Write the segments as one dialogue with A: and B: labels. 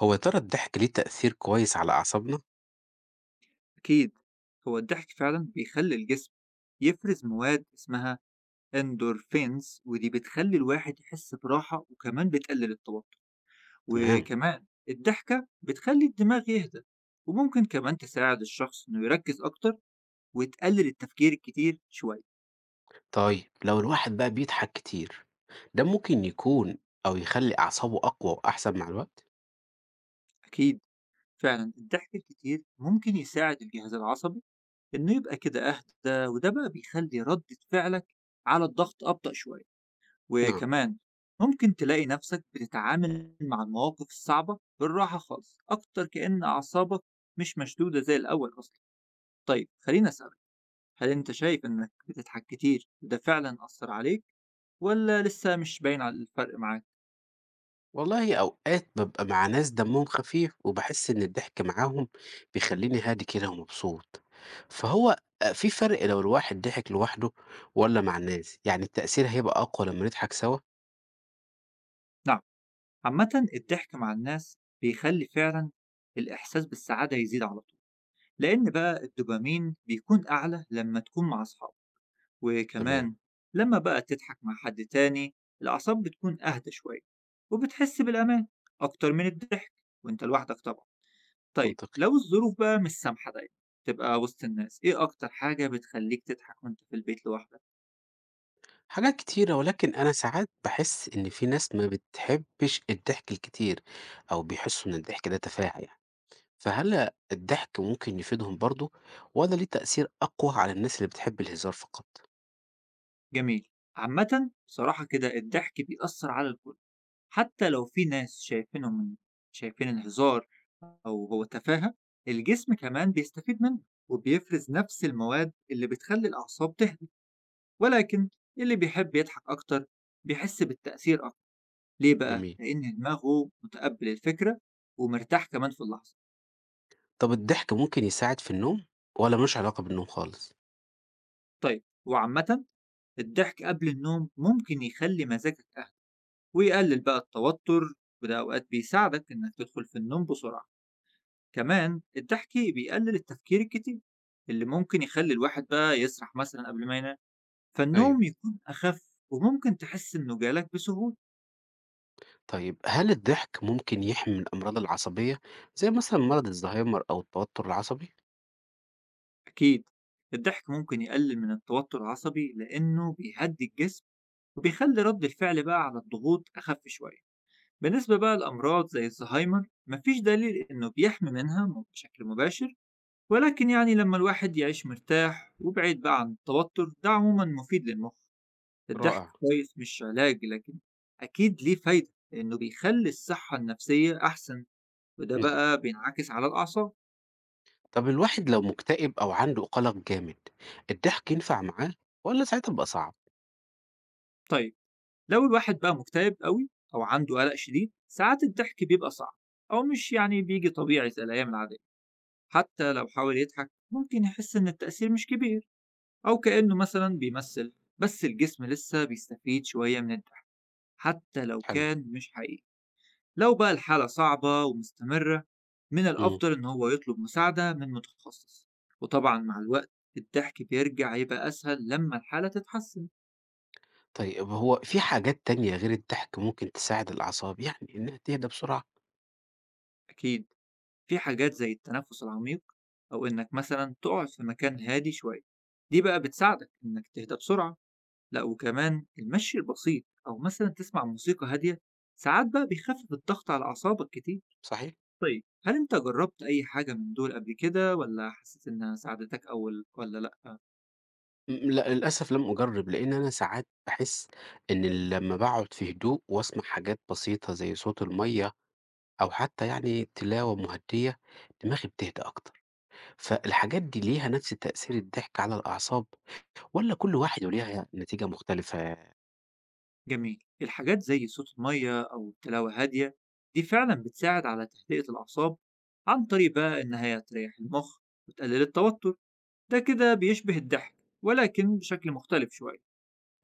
A: هو يا ترى الضحك ليه تأثير كويس على أعصابنا؟
B: أكيد. هو الضحك فعلا بيخلي الجسم يفرز مواد اسمها اندورفينز، ودي بتخلي الواحد يحس براحة وكمان بتقلل التوتر.
A: تمام.
B: وكمان الضحكة بتخلي الدماغ يهدى، وممكن كمان تساعد الشخص إنه يركز أكتر وتقلل التفكير الكتير شوية.
A: طيب لو الواحد بقى بيضحك كتير ده ممكن يكون أو يخلي أعصابه أقوى وأحسن مع الوقت؟
B: أكيد، فعلا الضحك الكتير ممكن يساعد الجهاز العصبي إنه يبقى كده أهدى، وده بقى بيخلي ردة فعلك على الضغط أبطأ شوية.
A: نعم.
B: وكمان ممكن تلاقي نفسك بتتعامل مع المواقف الصعبة بالراحة خالص أكتر، كأن أعصابك مش مشدودة زي الأول أصلا. طيب خليني أسألك، هل أنت شايف إنك بتضحك كتير وده فعلا أثر عليك، ولا لسه مش باين على الفرق معاك؟
A: والله أوقات ببقى مع ناس دمهم خفيف وبحس إن الضحك معاهم بيخليني هادي كده ومبسوط، فهو في فرق لو الواحد ضحك لوحده ولا مع الناس، يعني التأثير هيبقى أقوى لما نضحك سوا؟
B: نعم، عامة الضحك مع الناس بيخلي فعلا الإحساس بالسعادة يزيد على طول، لأن بقى الدوبامين بيكون أعلى لما تكون مع أصحابك.
A: تمام.
B: وكمان لما بقى تضحك مع حد تاني، الأعصاب بتكون أهدى شوية وبتحس بالأمان أكتر من الضحك وأنت لوحدك طبعا. طيب
A: منطقي.
B: لو الظروف بقى مش سامحة دايما تبقى وسط الناس، إيه أكتر حاجة بتخليك تضحك وأنت في البيت لوحدك؟
A: حاجات كتيرة، ولكن أنا ساعات باحس إن في ناس ما بتحبّش الضحك الكتير، أو بيحسّوا إن الضحك ده تفاهة يعني، فهل الضحك ممكن يفيدهم برضه، والّا ليه تأثير أقوى على الناس اللي بتحب الهزار فقط؟
B: جميل. عامة بصراحة كده الضحك بيأثر على الكل، حتى لو في ناس شايفينه من شايفين الهزار أو هو تفاهة، الجسم كمان بيستفيد منه وبيفرز نفس المواد اللي بتخلي الأعصاب تهدى. ولكن اللي بيحب يضحك أكتر بيحس بالتأثير أكتر. ليه بقى؟
A: جميل.
B: لأن دماغه متقبل الفكرة ومرتاح كمان في اللحظة.
A: طَب الضحك ممكن يساعد في النوم، والّا ما لوش علاقة بالنوم خالص؟
B: طيب وعامة الضحك قبل النوم ممكن يخلي مزاجك أهدى ويقلل بقى التوتر، وده أوقات بيساعدك إنك تدخل في النوم بسرعة. كمان الضحك بيقلل التفكير الكتير اللي ممكن يخلي الواحد بقى يسرح مثلا قبل ما ينام،
A: أيوه.
B: فالنوم يكون أخف وممكن تحس إنه جالك بسهولة.
A: طيب هل الضحك ممكن يحمي من الأمراض العصبية، زي مثلًا مرض الزهايمر أو التوتر العصبي؟
B: أكيد، الضحك ممكن يقلل من التوتر العصبي لأنه بيهدي الجسم وبيخلي رد الفعل بقى على الضغوط أخف شوية. بالنسبة بقى لأمراض زي الزهايمر، مفيش دليل إنه بيحمي منها بشكل مباشر، ولكن يعني لما الواحد يعيش مرتاح وبعيد بقى عن التوتر، ده عموما مفيد للمخ. الضحك
A: رائع.
B: كويس، مش علاج، لكن أكيد ليه فايدة لأنه بيخلي الصحة النفسية أحسن، وده
A: نعم.
B: بقى بينعكس على الأعصاب.
A: طب الواحد لو مكتئب أو عنده قلق جامد، الضحك ينفع معاه والّا ساعتها بيبقى صعب؟
B: طيب لو الواحد بقى مكتئب قوي أو عنده قلق شديد، ساعات الضحك بيبقى صعب، أو مش يعني بيجي طبيعي زي الأيام العادية. حتى لو حاول يضحك، ممكن يحس إن التأثير مش كبير، أو كأنه مثلا بيمثل. بس الجسم لسه بيستفيد شوية من الضحك حتى لو
A: حلو.
B: كان مش حقيقي. لو بقى الحالة صعبة ومستمرة، من
A: إمم.
B: الأفضل إن هو يطلب مساعدة من متخصص. وطبعا مع الوقت الضحك بيرجع يبقى أسهل لما الحالة تتحسن.
A: طيب هو في حاجات تانية غير الضحك ممكن تساعد الأعصاب يعني إنها تهدى بسرعة،
B: أكيد، في حاجات زي التنفس العميق، أو إنك مثلا تقعد في مكان هادي شوية، دي بقى بتساعدك إنك تهدى بسرعة. لا وكمان المشي البسيط، أو مثلا تسمع موسيقى هادية، ساعات بقى بيخفف الضغط على أعصابك كتير.
A: صحيح؟
B: طيب هل أنت جربت أي حاجة من دول قبل كده، ولا حسيت إنها ساعدتك أول ولا لأ؟
A: م لأ للأسف لم أجرب، لإن أنا ساعات باحس إن لمّا باقعد في هدوء وأسمع حاجات بسيطة زي صوت المَيّة أو حتى يعني تلاوة مهدية، دماغي بتهدى أكتر، فالحاجات دي ليها نفس تأثير الضحك على الأعصاب والّا كل واحد وليها نتيجة مختلفة؟
B: جميل، الحاجات زي صوت المية أو تلاوة هادية دي فعلا بتساعد على تهدئة الأعصاب، عن طريق بقى إن هي تريح المخ وتقلل التوتر. ده كده بيشبه الضحك، ولكن بشكل مختلف شوية.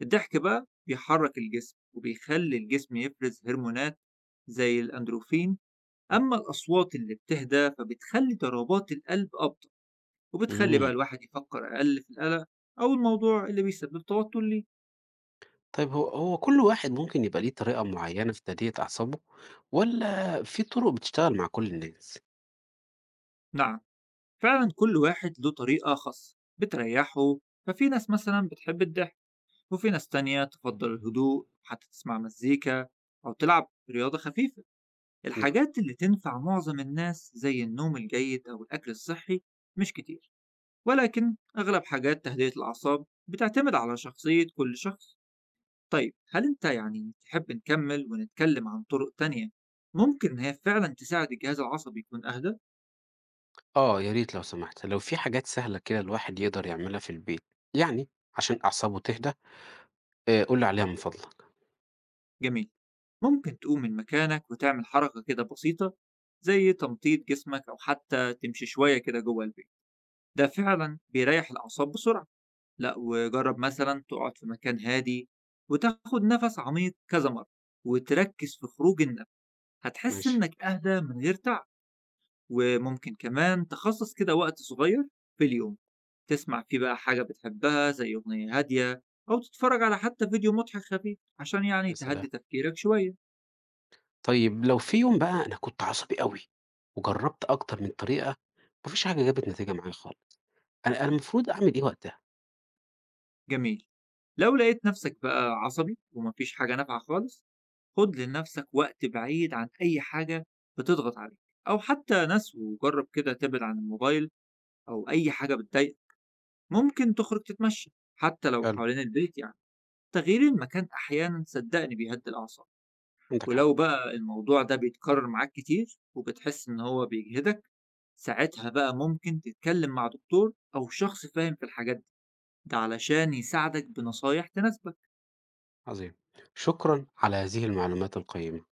B: الضحك بقى بيحرك الجسم وبيخلي الجسم يفرز هرمونات زي الأندروفين، أما الأصوات اللي بتهدى فبتخلي ضربات القلب أبطأ، وبتخلي بقى
A: إمم.
B: الواحد يفكر أقل في القلق أو الموضوع اللي بيسبب توتر ليه.
A: طيب هو كل واحد ممكن يبقى ليه طريقة معيّنة في تهدئة أعصابه والّا في طُرق بتشتغل مع كل الناس؟
B: نعم، فعلا كل واحد له طريقة خاصة بتريحه. ففي ناس مثلا بتحب الضحك، وفي ناس تانية تفضل الهدوء، حتى تسمع مزيكا أو تلعب رياضة خفيفة.
A: نعم.
B: الحاجات اللي تنفع معظم الناس زي النوم الجيد أو الأكل الصحي مش كتير، ولكن أغلب حاجات تهدئة الأعصاب بتعتمد على شخصية كل شخص. طيب هل أنت يعني تحب نكمل ونتكلم عن طرق تانية ممكن إن هي فعلا تساعد الجهاز العصبي يكون أهدى؟
A: آه، يا ريت لو سمحت، لو في حاجات سهلة كده الواحد يقدر يعملها في البيت، يعني عشان أعصابه تهدى، قُل لي عليها من فضلك.
B: جميل، ممكن تقوم من مكانك وتعمل حركة كده بسيطة زي تمطيط جسمك، أو حتى تمشي شوية كده جوه البيت، ده فعلا بيريح الأعصاب بسرعة. لأ، وجرب مثلًا تقعد في مكان هادي وتاخد نفس عميق كذا مرة، وتركز في خروج النفس، هتحس
A: ماشي.
B: إنك أهدى من غير تعب. وممكن كمان تخصص كده وقت صغير في اليوم تسمع فيه بقى حاجة بتحبها زي أغنية هادية، أو تتفرج على حتى فيديو مضحك خفيف عشان يعني
A: يا
B: تهدي
A: سلام.
B: تفكيرك شوية.
A: طيب لو في يوم بقى أنا كنت عصبي أوي وجرّبت أكتر من طريقة، ما فيش حاجة جابت نتيجة معايا خالص، أنا المفروض أعمل إيه وقتها؟
B: جميل. لو لقيت نفسك بقى عصبي وما فيش حاجة نافعة خالص، خُد لنفسك وقت بعيد عن أي حاجة بتضغط عليك أو حتى ناس، وجرّب كده تبعد عن الموبايل أو أي حاجة بتضايقك. ممكن تخرج تتمشى حتى لو
A: حلو.
B: حوالين البيت يعني. تغيير المكان أحيانًا صدّقني بيهدّي الأعصاب.
A: عندك حق.
B: ولو بقى الموضوع ده بيتكرر معاك كتير وبتحس إن هو بيجهدك، ساعتها بقى ممكن تتكلم مع دكتور أو شخص فاهم في الحاجات دي، ده علشان يساعدك بنصايح تناسبك.
A: عظيم. شكرًا على هذه المعلومات القيّمة.